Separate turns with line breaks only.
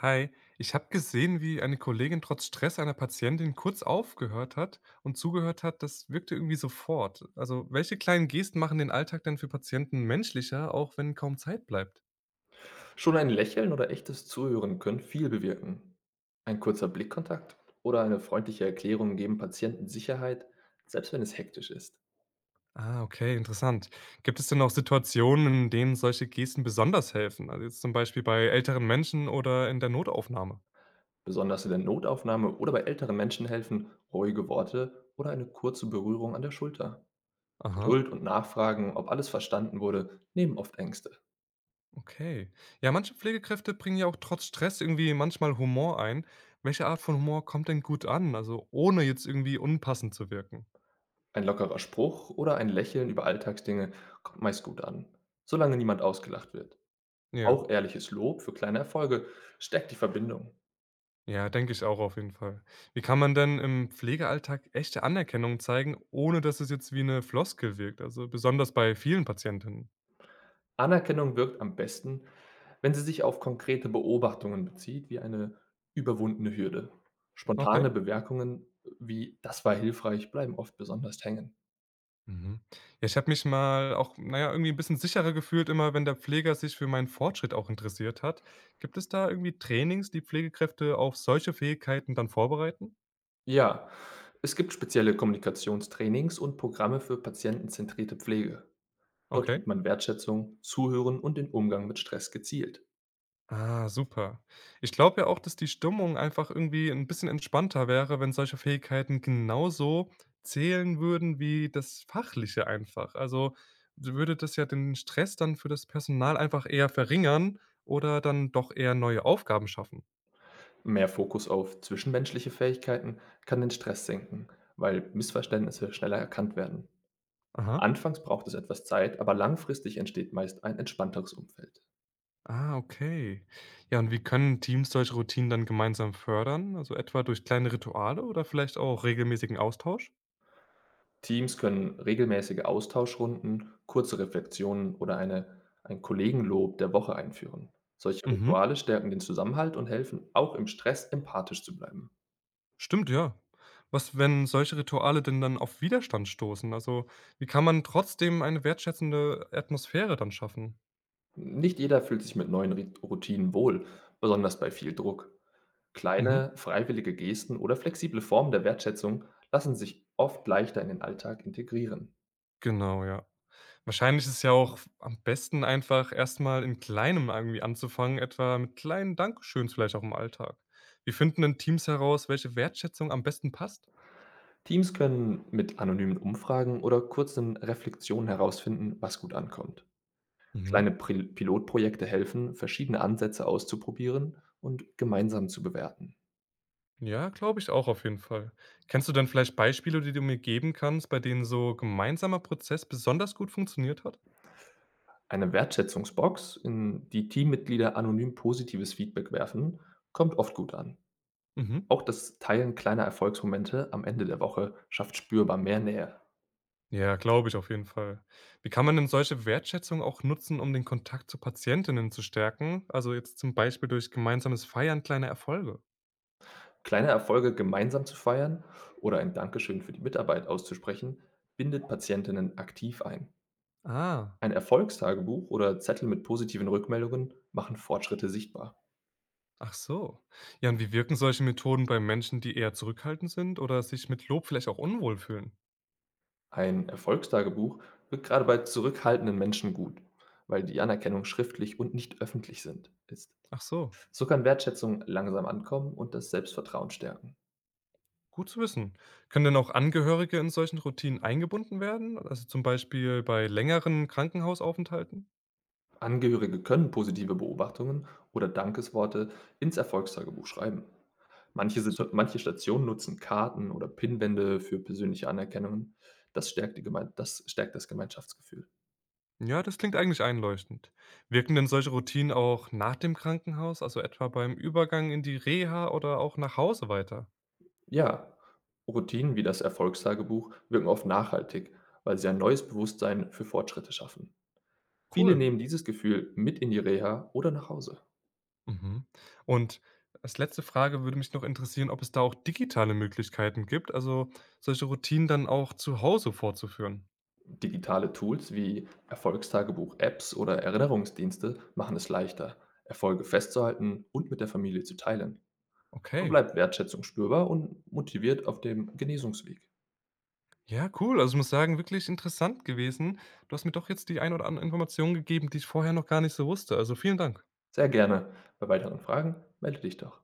Hi, ich habe gesehen, wie eine Kollegin trotz Stress einer Patientin kurz aufgehört hat und zugehört hat, das wirkte irgendwie sofort. Also, welche kleinen Gesten machen den Alltag denn für Patienten menschlicher, auch wenn kaum Zeit bleibt?
Schon ein Lächeln oder echtes Zuhören können viel bewirken. Ein kurzer Blickkontakt oder eine freundliche Erklärung geben Patienten Sicherheit, selbst wenn es hektisch ist.
Ah, okay, interessant. Gibt es denn auch Situationen, in denen solche Gesten besonders helfen? Also jetzt zum Beispiel bei älteren Menschen oder in der Notaufnahme?
Besonders in der Notaufnahme oder bei älteren Menschen helfen ruhige Worte oder eine kurze Berührung an der Schulter.
Aha,
Geduld und Nachfragen, ob alles verstanden wurde, nehmen oft Ängste.
okay. Ja, manche Pflegekräfte bringen ja auch trotz Stress irgendwie manchmal Humor ein. Welche Art von Humor kommt denn gut an? Also ohne jetzt irgendwie unpassend zu wirken.
Ein lockerer Spruch oder ein Lächeln über Alltagsdinge kommt meist gut an, solange niemand ausgelacht wird.
Ja,
Auch ehrliches Lob für kleine Erfolge stärkt die Verbindung.
ja, denke ich auch auf jeden Fall. Wie kann man denn im Pflegealltag echte Anerkennung zeigen, ohne dass es jetzt wie eine Floskel wirkt? Also, besonders bei vielen Patientinnen.
Anerkennung wirkt am besten, wenn sie sich auf konkrete Beobachtungen bezieht, wie eine überwundene Hürde.
Okay.
Spontane Bemerkungen wie „das war hilfreich“ bleiben oft besonders hängen.
Mhm. Ja, ich habe mich mal auch, naja, irgendwie ein bisschen sicherer gefühlt immer, wenn der Pfleger sich für meinen Fortschritt auch interessiert hat. Gibt es da irgendwie Trainings, die Pflegekräfte auf solche Fähigkeiten dann vorbereiten?
Ja, es gibt spezielle Kommunikationstrainings und Programme für patientenzentrierte Pflege. Dort
Okay.
übt man Wertschätzung, Zuhören und den Umgang mit Stress gezielt.
Ah, super. Ich glaube ja auch, dass die Stimmung einfach irgendwie ein bisschen entspannter wäre, wenn solche Fähigkeiten genauso zählen würden wie das Fachliche einfach. Also, würde das ja den Stress dann für das Personal einfach eher verringern oder dann doch eher neue Aufgaben schaffen.
Mehr Fokus auf zwischenmenschliche Fähigkeiten kann den Stress senken, weil Missverständnisse schneller erkannt werden.
Aha.
Anfangs braucht es etwas Zeit, aber langfristig entsteht meist ein entspannteres Umfeld.
Ah, okay. Ja, und wie können Teams solche Routinen dann gemeinsam fördern? Also, etwa durch kleine Rituale oder vielleicht auch regelmäßigen Austausch?
Teams können regelmäßige Austauschrunden, kurze Reflexionen oder ein Kollegenlob der Woche einführen. Solche
Mhm.
Rituale stärken den Zusammenhalt und helfen, auch im Stress empathisch zu bleiben.
Stimmt, ja. Was, wenn solche Rituale denn dann auf Widerstand stoßen? Also, wie kann man trotzdem eine wertschätzende Atmosphäre dann schaffen?
Nicht jeder fühlt sich mit neuen Routinen wohl, besonders bei viel Druck.
Mhm.
Kleine, freiwillige Gesten oder flexible Formen der Wertschätzung lassen sich oft leichter in den Alltag integrieren.
Genau, ja. Wahrscheinlich ist es ja auch am besten einfach erstmal in Kleinem irgendwie anzufangen, etwa mit kleinen Dankeschöns vielleicht auch im Alltag. Wir finden denn Teams heraus, welche Wertschätzung am besten passt?
Teams können mit anonymen Umfragen oder kurzen Reflexionen herausfinden, was gut ankommt.
Mhm.
Kleine Pri Pilotprojekte helfen, verschiedene Ansätze auszuprobieren und gemeinsam zu bewerten.
Ja, glaube ich auch auf jeden Fall. Kennst du denn vielleicht Beispiele, die du mir geben kannst, bei denen so gemeinsamer Prozess besonders gut funktioniert hat?
Eine Wertschätzungsbox, in die Teammitglieder anonym positives Feedback werfen, kommt oft gut an.
Mhm.
Auch das Teilen kleiner Erfolgsmomente am Ende der Woche schafft spürbar mehr Nähe.
Ja, glaube ich auf jeden Fall. Wie kann man denn solche Wertschätzung auch nutzen, um den Kontakt zu Patientinnen zu stärken? Also jetzt zum Beispiel durch gemeinsames Feiern kleiner Erfolge.
Kleine Erfolge gemeinsam zu feiern oder ein Dankeschön für die Mitarbeit auszusprechen, bindet Patientinnen aktiv ein.
Ah,
Ein Erfolgstagebuch oder Zettel mit positiven Rückmeldungen machen Fortschritte sichtbar.
ach so. Ja, und wie wirken solche Methoden bei Menschen, die eher zurückhaltend sind oder sich mit Lob vielleicht auch unwohl fühlen?
Ein Erfolgstagebuch wirkt gerade bei zurückhaltenden Menschen gut, weil die Anerkennung schriftlich und nicht öffentlich ist.
Ach so,
So kann Wertschätzung langsam ankommen und das Selbstvertrauen stärken.
gut zu wissen. Können denn auch Angehörige in solchen Routinen eingebunden werden? Also zum Beispiel bei längeren Krankenhausaufenthalten?
Angehörige können positive Beobachtungen oder Dankesworte ins Erfolgstagebuch schreiben.
Super.
Manche Stationen nutzen Karten oder Pinnwände für persönliche Anerkennungen. Das stärkt, die Geme das, stärkt das Gemeinschaftsgefühl.
Ja, das klingt eigentlich einleuchtend. Wirken denn solche Routinen auch nach dem Krankenhaus, also etwa beim Übergang in die Reha oder auch nach Hause weiter?
Ja, Routinen wie das Erfolgstagebuch wirken oft nachhaltig, weil sie ein neues Bewusstsein für Fortschritte schaffen. Viele
Cool.
nehmen dieses Gefühl mit in die Reha oder nach Hause.
Mhm. Und als letzte Frage würde mich noch interessieren, ob es da auch digitale Möglichkeiten gibt, also solche Routinen dann auch zu Hause vorzuführen.
Digitale Tools wie Erfolgstagebuch-Apps oder Erinnerungsdienste machen es leichter, Erfolge festzuhalten und mit der Familie zu teilen. So
Okay.
bleibt Wertschätzung spürbar und motiviert auf dem Genesungsweg.
Ja, cool. Also ich muss sagen, wirklich interessant gewesen. Du hast mir doch jetzt die ein oder andere Information gegeben, die ich vorher noch gar nicht so wusste. Also vielen Dank.
Sehr gerne. Bei weiteren Fragen melde dich doch.